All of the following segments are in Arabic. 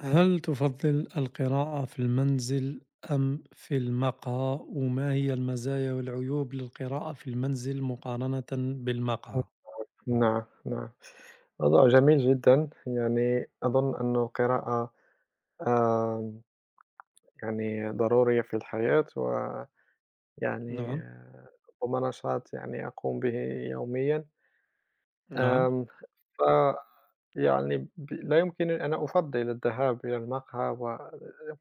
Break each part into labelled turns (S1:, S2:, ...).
S1: هل تفضل القراءة في المنزل أم في المقهى؟ وما هي المزايا والعيوب للقراءة في المنزل مقارنة بالمقهى؟
S2: إمم، نعم، نعم. موضوع جميل جدًا، يعني أظن أن القراءة آمم، يعني ضرورية في الحياة ويعني
S1: نعم،
S2: ربما نشاط يعني أقوم به يوميًا.
S1: نعم،
S2: آمم، ف يعني لا يمكنني أنا أفضّل الذهاب إلى المقهى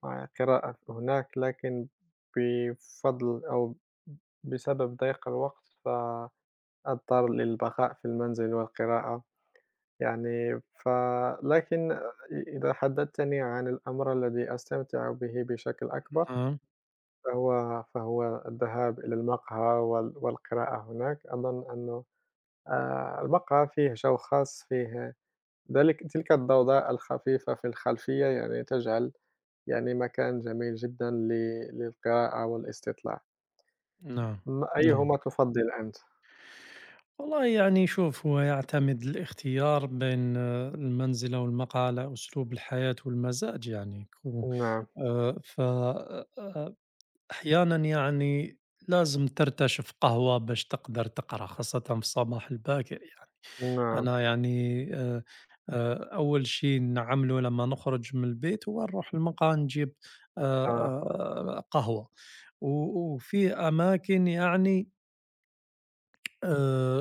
S2: والقراءة هناك، لكن بفضل أو بسبب ضيق الوقت، فأضطر للبقاء في المنزل والقراءة. يعني لكن إذا حدّثتني عن الأمر الذي أستمتع به بشكل أكبر،
S1: نعم،
S2: فهو الذهاب إلى المقهى والقراءة هناك، أظن أنه المقهى فيه جو خاص، فيه تلك الضوضاء الخفيفة في الخلفية يعني تجعل يعني مكان جميل جدًا للقراءة والاستطلاع.
S1: نعم،
S2: ما
S1: نعم.
S2: أيهما تفضّل أنت؟
S1: والله يعني شوف، هو يعتمد الاختيار بين المنزل أو المقهى على أسلوب الحياة والمزاج يعني
S2: نعم،
S1: آه، ف- آه، آه، أحيانا يعني لازم ترتشف قهوة باش تقدر تقرأ خاصة في الصباح الباكر يعني.
S2: نعم،
S1: أنا يعني أول شي نعملو لمّا نخرج من البيت هو نروح للمقهى نجيب
S2: آه،
S1: قهوة، و وفي أماكن يعني آآ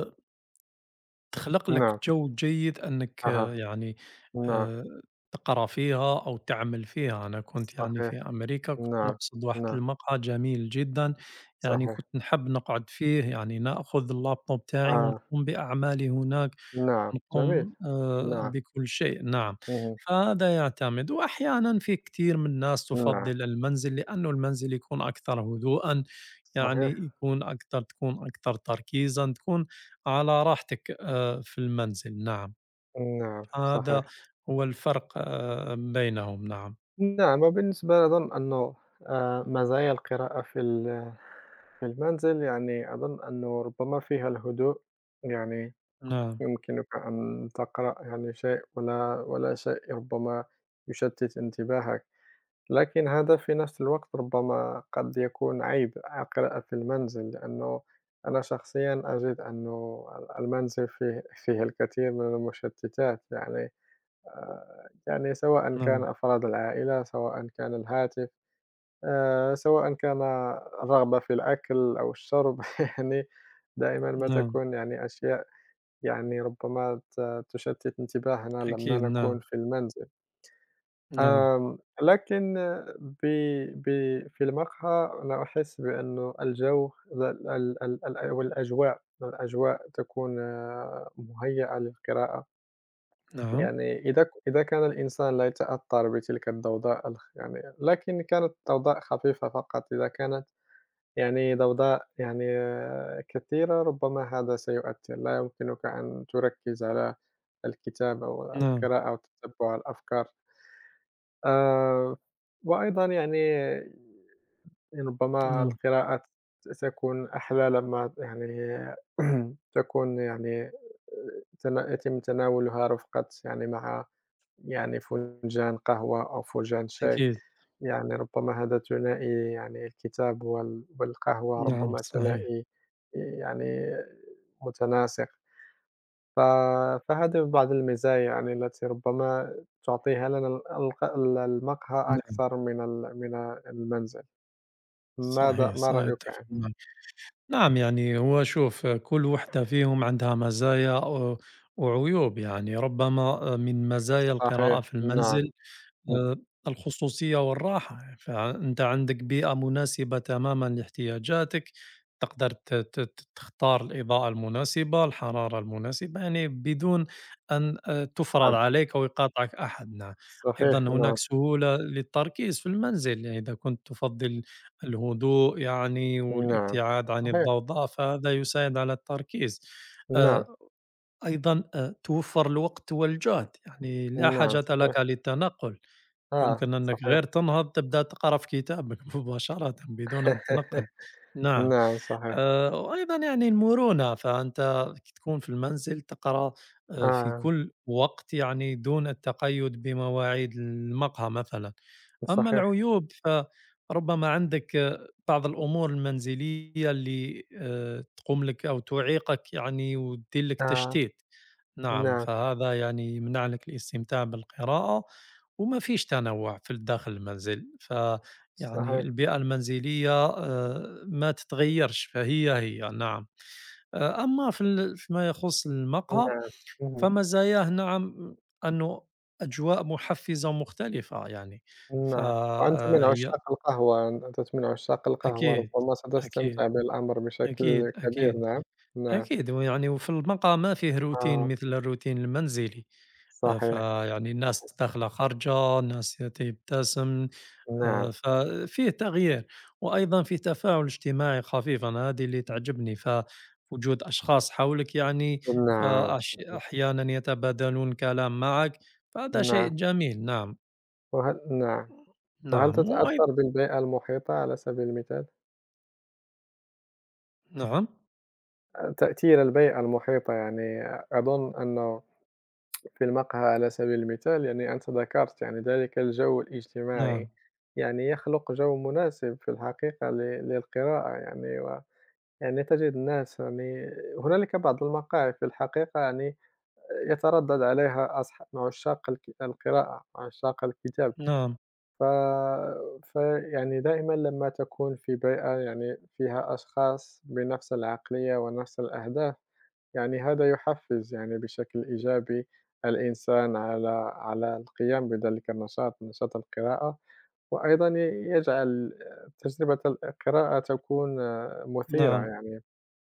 S1: تخلق لك
S2: نعم،
S1: جو جيد إنّك
S2: أها،
S1: يعني
S2: نعم،
S1: آآ تقرا فيها أو تعمل فيها. أنا كنت يعني
S2: صحيح،
S1: في أمريكا كنت
S2: نعم،
S1: نقصد واحد
S2: نعم،
S1: المقهى جميل جدًا، يعني
S2: صحيح.
S1: كنت نحب نقعد فيه يعني نأخذ اللاب توب تاعي
S2: آه،
S1: ونقوم بأعمالي هناك.
S2: نعم، جميل،
S1: نقوم
S2: نعم،
S1: بكل شيء، نعم.
S2: اهم،
S1: فهذا يعتمد، وأحيانا في كثير من الناس
S2: نعم،
S1: تفضل المنزل لأنه المنزل يكون أكثر هدوءا،
S2: صحيح،
S1: يعني يكون أكثر تكون أكثر تركيزا، تكون على راحتك في المنزل، نعم.
S2: نعم،
S1: هذا
S2: صحيح،
S1: هو الفرق بينهم، نعم.
S2: نعم، وبالنسبة لي أظن أنه مزايا القراءة في المنزل يعني أظن أنه ربما فيها الهدوء، يعني
S1: نعم،
S2: يمكنك أن تقرأ يعني شيء ولا شيء ربما يشتت انتباهك. لكن هذا في نفس الوقت ربما قد يكون عيب القراءة في المنزل، لأنه أنا شخصيًا أجد أنه المنزل فيه الكثير من المشتتات، يعني يعني سواء كان
S1: نعم،
S2: أفراد العائلة، سواء كان الهاتف، سواء كان الرغبة في الأكل أو الشرب، يعني دائمًا ما
S1: نعم،
S2: تكون يعني أشياء يعني ربما تشتت انتباهنا لما
S1: أكيد،
S2: نكون
S1: نعم،
S2: في المنزل.
S1: نعم،
S2: لكن ب ب في المقهى أنا أحس بأنه الجو ال ال ال ال والأجواء الأجواء تكون مهيئة للقراءة،
S1: نعم،
S2: يعني إذا كان الإنسان لا يتأثر بتلك الضوضاء يعني لكن كانت ضوضاء خفيفة فقط، إذا كانت يعني ضوضاء يعني كثيرة ربما هذا سيؤثر، لا يمكنك أن تركز على الكتاب أو
S1: نعم،
S2: القراءة أو تتبع الأفكار. آآ وأيضًا يعني ربما
S1: نعم،
S2: القراءة تكون أحلى لمّا يعني تكون يعني يتم تناولها رفقة يعني مع يعني فنجان قهوة أو فنجان شاي،
S1: أكيد،
S2: يعني ربما هذا ثنائي يعني الكتاب والقهوة
S1: نعم،
S2: ربما
S1: صحيح،
S2: ثنائي يعني متناسق. ف فهذه بعض المزايا يعني التي ربما تعطيها لنا الق ال المقهى
S1: نعم،
S2: أكثر من المنزل.
S1: صحيح،
S2: ما
S1: صحيح،
S2: رأيك
S1: أتفق
S2: أنت؟
S1: معك، نعم. يعني هو شوف، كل وحدة فيهم عندها مزايا وعيوب يعني ربما من مزايا القراءة
S2: صحيح،
S1: في
S2: نعم،
S1: المنزل آآ الخصوصية والراحة، فأنت عندك بيئة مناسبة تمامًا لاحتياجاتك، تقدر ت ت ت تختار الإضاءة المناسبة، الحرارة المناسبة، يعني بدون أن تُفرض
S2: نعم،
S1: عليك أو يقاطعك أحد، نعم. أيضًا
S2: صحيح، نعم،
S1: هناك سهولة للتركيز في المنزل، يعني إذا كنت تُفضّل الهدوء يعني
S2: نعم،
S1: والابتعاد عن
S2: صحيح،
S1: الضوضاء، فهذا يساعد على التركيز. آآ
S2: نعم،
S1: أيضًا توفّر الوقت والجهد، يعني لا
S2: نعم،
S1: حاجة
S2: صحيح،
S1: لك للتنقل.
S2: آه،
S1: يمكن أنك
S2: صحيح،
S1: غير تنهض تبدأ تقرا في كتابك مباشرة بدون أن تنقّل، نعم.
S2: نعم، صحيح،
S1: وأيضًا يعني المرونة، فأنت تكون في المنزل تقرا في
S2: آه،
S1: كل وقت يعني دون التقيد بمواعيد المقهى مثلًا. أما
S2: صحيح،
S1: العيوب فربما عندك بعض الأمور المنزلية اللي تقوم لك أو تعيقك يعني وتدير لك
S2: آه،
S1: تشتيت، نعم.
S2: نعم،
S1: فهذا يعني يمنع لك الاستمتاع بالقراءة، وما فيش تنوع في داخل المنزل. فيعني
S2: صحيح،
S1: البيئة المنزلية ما تتغيرش فهي هي، نعم. أما في فيما يخص المقهى
S2: نعم، اهم.
S1: فمزاياه، نعم، أنه أجواء مُحفّزة مختلفة يعني. ف
S2: نعم، وأنت من
S1: هي
S2: عشاق القهوة، أنت من عشاق القهوة،
S1: أكيد،
S2: ربما
S1: أكيد،
S2: ستستمتع بالأمر
S1: أكيد،
S2: بشكل كبير،
S1: أكيد،
S2: نعم، نعم،
S1: أكيد. ويعني وفي المَقهى ما فيه روتين
S2: آه،
S1: مثل الروتين المنزلي.
S2: صحيح،
S1: فيعني الناس داخلة خارجة، الناس تبتسم،
S2: نعم،
S1: آآ، ففيه تغيير. وأيضًا فيه تفاعل اجتماعي خفيف، أنا هذه اللي تعجبني، فوجود أشخاص حولك يعني
S2: نعم، صحيح،
S1: أحيانًا يتبادلون كلام معك، فهذا شيء
S2: نعم،
S1: جميل، نعم.
S2: نعم، وهل
S1: نعم،
S2: تتأثّر بالبيئة المحيطة على سبيل المثال؟
S1: نعم،
S2: تأثير البيئة المحيطة يعني أظن أنه في المقهى على سبيل المثال يعني أنت ذكرت يعني ذلك الجو الاجتماعي،
S1: نعم،
S2: يعني يخلق جو مناسب في الحقيقة للقراءة يعني يعني تجد الناس يعني هنالك بعض المقاهي في الحقيقة يعني يتردد عليها أصح مع عشاق القراءة، مع عشاق الكتاب،
S1: نعم،
S2: ف فيعني دائمًا لما تكون في بيئة يعني فيها أشخاص بنفس العقلية ونفس الأهداف، يعني هذا يحفز يعني بشكل إيجابي الإنسان على القيام بذلك النشاط، نشاط القراءة، وأيضًا يجعل تجربة القراءة تكون مثيرة
S1: نعم،
S2: يعني.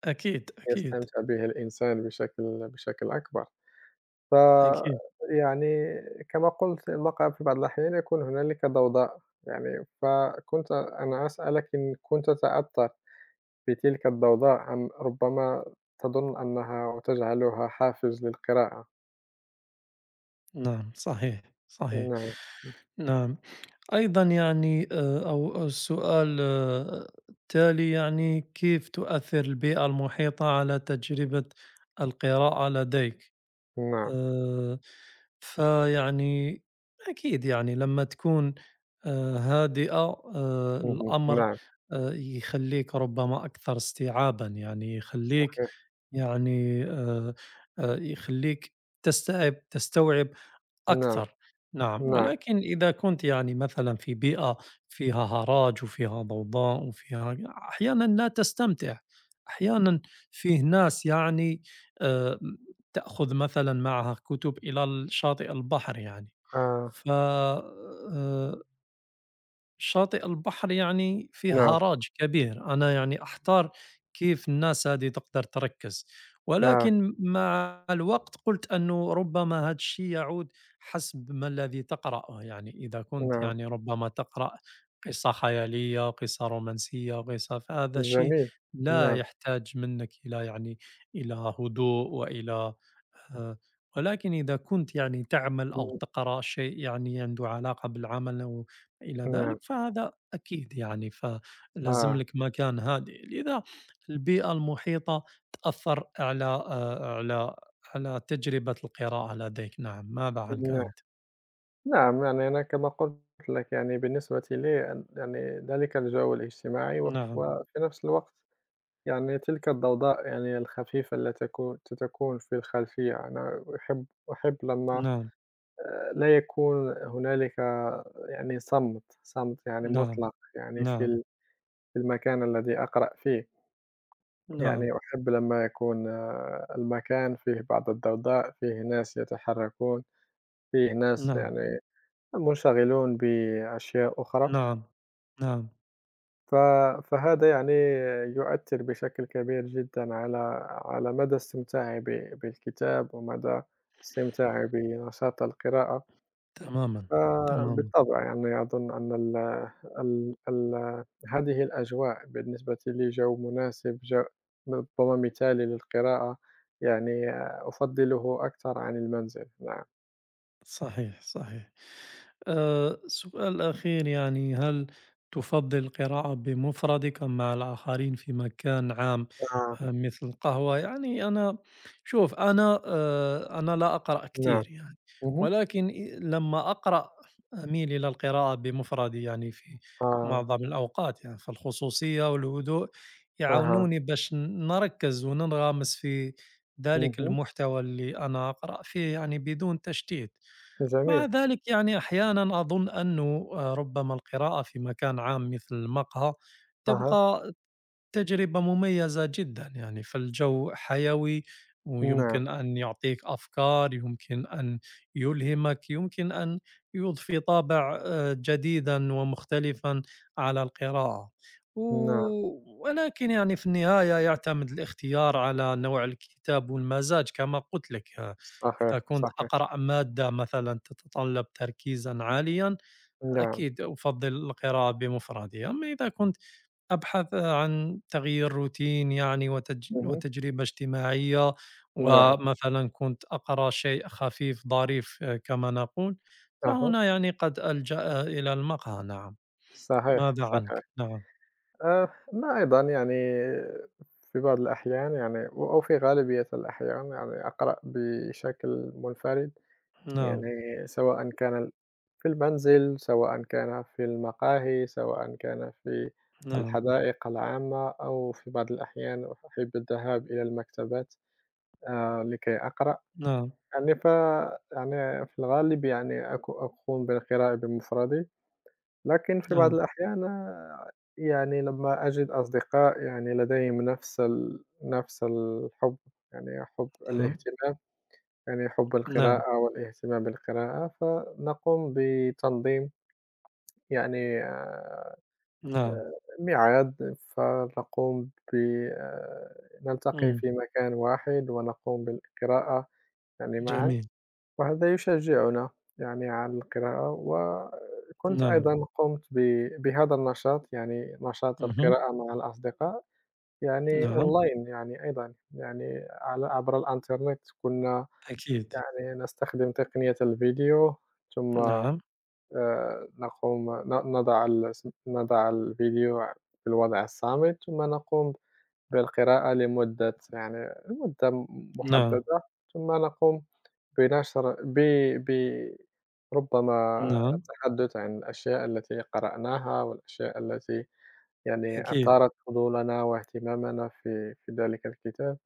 S1: أكيد، أكيد،
S2: يستمتع به الإنسان بشكل أكبر.
S1: أكيد،
S2: فيعني كما قُلت المقهى في بعض الأحيان يكون هنالك ضوضاء، يعني فكنت أنا أسألك إن كنت تتأثّر بتلك الضوضاء أم ربما تظن أنها أو تجعلها حافز للقراءة؟
S1: نعم، صحيح، صحيح.
S2: نعم،
S1: نعم. أيضًا يعني أو السؤال التالي، يعني كيف تؤثّر البيئة المحيطة على تجربة القراءة لديك؟
S2: نعم،
S1: آآ فيعني أكيد يعني لمّا تكون هادئة،
S2: اهم،
S1: الأمر
S2: نعم،
S1: يخلّيك ربما أكثر استيعابًا، يعني يخلّيك
S2: صحيح،
S1: يعني يخلّيك تستوعب
S2: نعم،
S1: أكثر، نعم.
S2: نعم،
S1: ولكن إذا كنتِ يعني مثلًا في بيئة فيها هَرَج وفيها ضوضاء وفيها، أحيانًا لا تستمتع. أحيانًا فيه ناس يعني آآ، تأخذ مثلًا معها كتب إلى الشاطئ البحر يعني.
S2: آه،
S1: ف شاطئ البحر يعني فيه
S2: نعم،
S1: هاراج كبير، أنا يعني أحتار كيف الناس هذه تقدر تركز.
S2: آه،
S1: ولكن مع الوقت قلت أنه ربما هذا الشيء يعود حسب ما الذي تقرأه، يعني إذا كنت
S2: نعم،
S1: يعني ربما تقرأ قصة خيالية، قصة رومانسية، قصة، فهذا الشيء
S2: جميل،
S1: لا
S2: نعم،
S1: يحتاج منك إلى، يعني إلى هدوء وإلى، آه، ولكن إذا كنت يعني تعمل أو
S2: إمم،
S1: تقرأ شيء يعني عنده علاقة بالعمل أو إلى
S2: نعم،
S1: ذلك، فهذا أكيد يعني فلازم
S2: آه،
S1: لك مكان هادئ، لذا البيئة المحيطة تأثر على آه، على على تجربة القراءة لديك، نعم. ماذا عنك
S2: نعم.
S1: أنت؟
S2: نعم، يعني أنا كما قُلت لك يعني بالنسبة لي أن يعني ذلك الجو الاجتماعي
S1: نعم،
S2: وفي نفس الوقت يعني تلك الضوضاء يعني الخفيفة التي تكون في الخلفية، أنا أحب لمّا
S1: نعم،
S2: لا يكون هنالك يعني صمت، صمت يعني
S1: نعم،
S2: مطلق يعني
S1: نعم،
S2: في المكان الذي أقرأ فيه،
S1: نعم،
S2: يعني أحب لمّا يكون المكان فيه بعض الضوضاء، فيه ناس يتحركون، فيه ناس
S1: نعم،
S2: يعني منشغلون بأشياء أخرى.
S1: نعم، نعم،
S2: ف فهذا يعني يؤثّر بشكل كبير جدًا على على مدى استمتاعي بالكتاب ومدى استمتاعي بنشاط القراءة،
S1: تماما، تماما،
S2: فبالطبع يعني أظن أن ال ال ال هذه الأجواء بالنسبة لي جو مناسب، جو ربما مثالي للقراءة، يعني أفضّله أكثر عن المنزل، نعم،
S1: صحيح، صحيح. السؤال الأخير يعني هل تفضل القراءة بمفردك أم مع الآخرين في مكان عام
S2: آه،
S1: مثل قهوة؟ يعني أنا شوف، أنا لا أقرأ
S2: نعم،
S1: كثير يعني.
S2: اهم،
S1: ولكن لما أقرأ أميل إلى القراءة بمفردي يعني في
S2: آه،
S1: معظم الأوقات. يعني فالخصوصية والهدوء
S2: أها،
S1: يعاونوني باش نركز وننغمس في ذلك
S2: اهم،
S1: المحتوى اللي أنا أقرأ فيه يعني بدون تشتيت. مع
S2: جميل،
S1: ذلك يعني أحيانًا أظن أنه ربما القراءة في مكان عام مثل المقهى
S2: أها،
S1: تبقى تجربة مميزة جدًا يعني، فالجو حيوي
S2: نعم،
S1: ويمكن أن يعطيك أفكار، يمكن أن يلهمك، يمكن أن يضفي طابع جديدًا ومختلفًا على القراءة.
S2: نعم.
S1: و ولكن يعني في النهاية يعتمد الاختيار على نوع الكتاب والمزاج كما قُلت لك.
S2: صحيح،
S1: إذا كنت
S2: صحيح.
S1: أقرأ مادة مثلًا تتطلب تركيزًا عاليًا،
S2: نعم.
S1: أكيد أفضّل القراءة بمفردي. أما إذا كنت أبحث عن تغيير روتين، يعني
S2: اهم.
S1: وتجربة اجتماعية،
S2: نعم.
S1: ومثلًا كنت أقرأ شيء خفيف ظريف كما نقول،
S2: أها.
S1: فهنا يعني قد ألجأ إلى المقهى، نعم.
S2: صحيح،
S1: ماذا
S2: صحيح.
S1: عنك؟ نعم،
S2: ما أيضًا يعني في بعض الأحيان يعني أو في غالبية الأحيان يعني أقرأ بشكل منفرد،
S1: نعم،
S2: يعني سواء كان في المنزل، سواء كان في المقاهي، سواء كان في
S1: نعم،
S2: الحدائق العامة أو في بعض الأحيان أحب الذهاب إلى المكتبات لكي أقرأ.
S1: نعم،
S2: يعني يعني في الغالب يعني أقوم بالقراءة بمفردي، لكن في بعض
S1: نعم،
S2: الأحيان يعني لمّا أجد أصدقاء يعني لديهم نفس الحُب، يعني حُب
S1: نعم،
S2: الاهتمام، يعني حُب
S1: نعم،
S2: القراءة والاهتمام بالقراءة، فنقوم بتنظيم يعني
S1: نعم،
S2: ميعاد، فنقوم نلتقي
S1: إمم،
S2: في مكان واحد ونقوم بالقراءة يعني معًا.
S1: جميل،
S2: وهذا يشجّعنا يعني على القراءة، وكنت
S1: نعم،
S2: أيضًا قُمت بهذا النشاط، يعني نشاط
S1: اهم،
S2: القراءة مع الأصدقاء، يعني
S1: نعم،
S2: أونلاين يعني أيضًا، يعني على عبر الإنترنت كنا
S1: أكيد،
S2: يعني نستخدم تقنية الفيديو ثم
S1: نعم،
S2: نقوم نضع الفيديو في الوضع الصامت ثم نقوم بالقراءة لمدة يعني مدة
S1: نعم،
S2: محددة، ثم نقوم بنشر ب ب ربما
S1: نعم،
S2: التحدث عن الأشياء التي قرأناها والأشياء التي يعني
S1: أكيد،
S2: أثارت فضولنا واهتمامنا في ذلك الكتاب،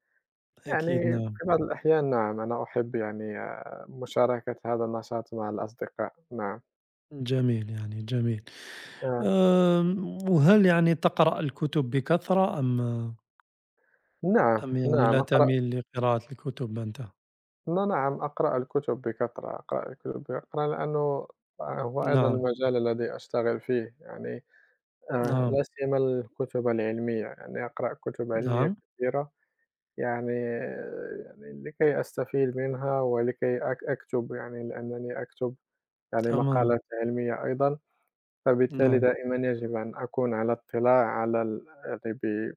S1: أكيد،
S2: يعني
S1: نعم،
S2: في بعض الأحيان نعم، أنا أحب يعني مشاركة هذا النشاط مع الأصدقاء، نعم،
S1: جميل يعني جميل.
S2: آه،
S1: وهل يعني تقرأ الكتب بكثرة أم
S2: نعم،
S1: أم يعني
S2: نعم
S1: لا
S2: أقرأ
S1: تميل لقراءة الكتب أنت؟
S2: ن نعم، أقرأ الكتب بكثرة، أقرأ الكتب بكثرة لأنه آه، هو أيضًا
S1: نعم،
S2: المجال الذي أشتغل فيه، يعني
S1: نعم،
S2: لا سيما الكتب العلمية، يعني أقرأ كتب علمية
S1: نعم،
S2: كثيرة يعني يعني لكي أستفيد منها ولكي أكتب يعني لأنني أكتب يعني
S1: تمامًا،
S2: مقالات علمية أيضًا، فبالتالي
S1: نعم،
S2: دائمًا يجب أن أكون على اطلاع على ال يعني ب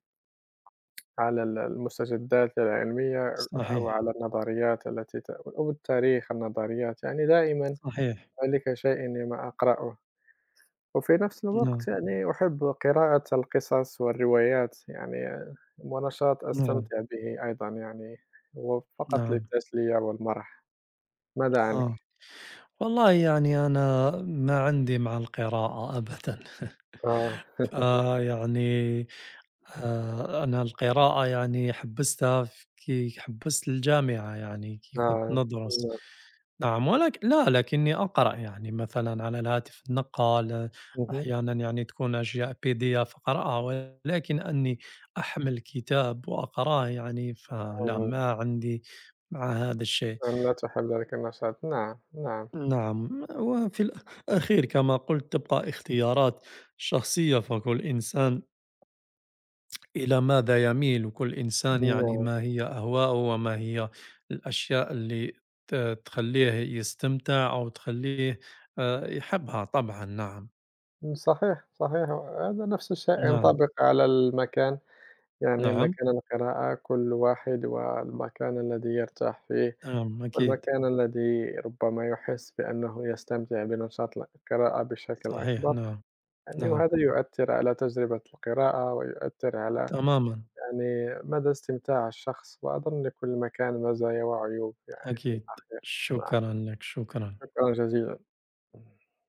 S2: على ال المستجدات العلمية أو
S1: صحيح،
S2: على النظريات التي أو التاريخ، النظريات، يعني دائمًا
S1: صحيح،
S2: ذلك شيء لما أقرأه، وفي نفس
S1: نعم،
S2: الوقت يعني أحب قراءة القصص والروايات، يعني ونشاط
S1: نعم،
S2: أستمتع به أيضًا يعني، هو فقط
S1: نعم.
S2: للتسلية والمرح، ماذا عنك؟
S1: آه، والله يعني أنا ما عندي مع القراءة أبدًا،
S2: آه،
S1: فيعني أنا القراءة يعني حبّستها كي حبّست الجامعة يعني كي كنت
S2: آه،
S1: ندرس.
S2: نعم،
S1: نعم، لا، لكنّي أقرأ يعني مثلًا على الهاتف النقال،
S2: اهم،
S1: أحيانًا يعني تكون أشياء PDF أقرأها، ولكن أني أحمل كتاب وأقراه يعني، فلا،
S2: اهم،
S1: ما عندي مع هذا الشيء.
S2: أم لا تحب ذلك النشاط؟ نعم، نعم،
S1: نعم، وفي الأخير كما قُلت تبقى اختيارات شخصية، فكل إنسان إلى ماذا يميل، كل إنسان يعني
S2: نعم،
S1: ما هي أهواؤه وما هي الأشياء اللي تخليه يستمتع أو تخليه يحبها طبعا، نعم.
S2: صحيح، صحيح، هذا نفس الشيء
S1: نعم،
S2: ينطبق على المكان. يعني
S1: نعم،
S2: مكان القراءة كل واحد والمكان الذي يرتاح فيه،
S1: نعم، أكيد،
S2: والمكان الذي ربما يحس بأنه يستمتع بنشاط القراءة بشكل
S1: صحيح،
S2: أكبر،
S1: نعم،
S2: يعني
S1: نعم،
S2: وهذا يؤثر على تجربة القراءة ويؤثر على
S1: تماما،
S2: يعني مدى استمتاع الشخص، وأظن لكل مكان مزايا وعيوب يعني في
S1: أكيد،
S2: الأخير، نعم
S1: شكرا لك، شكرا
S2: شكرًا جزيلًا.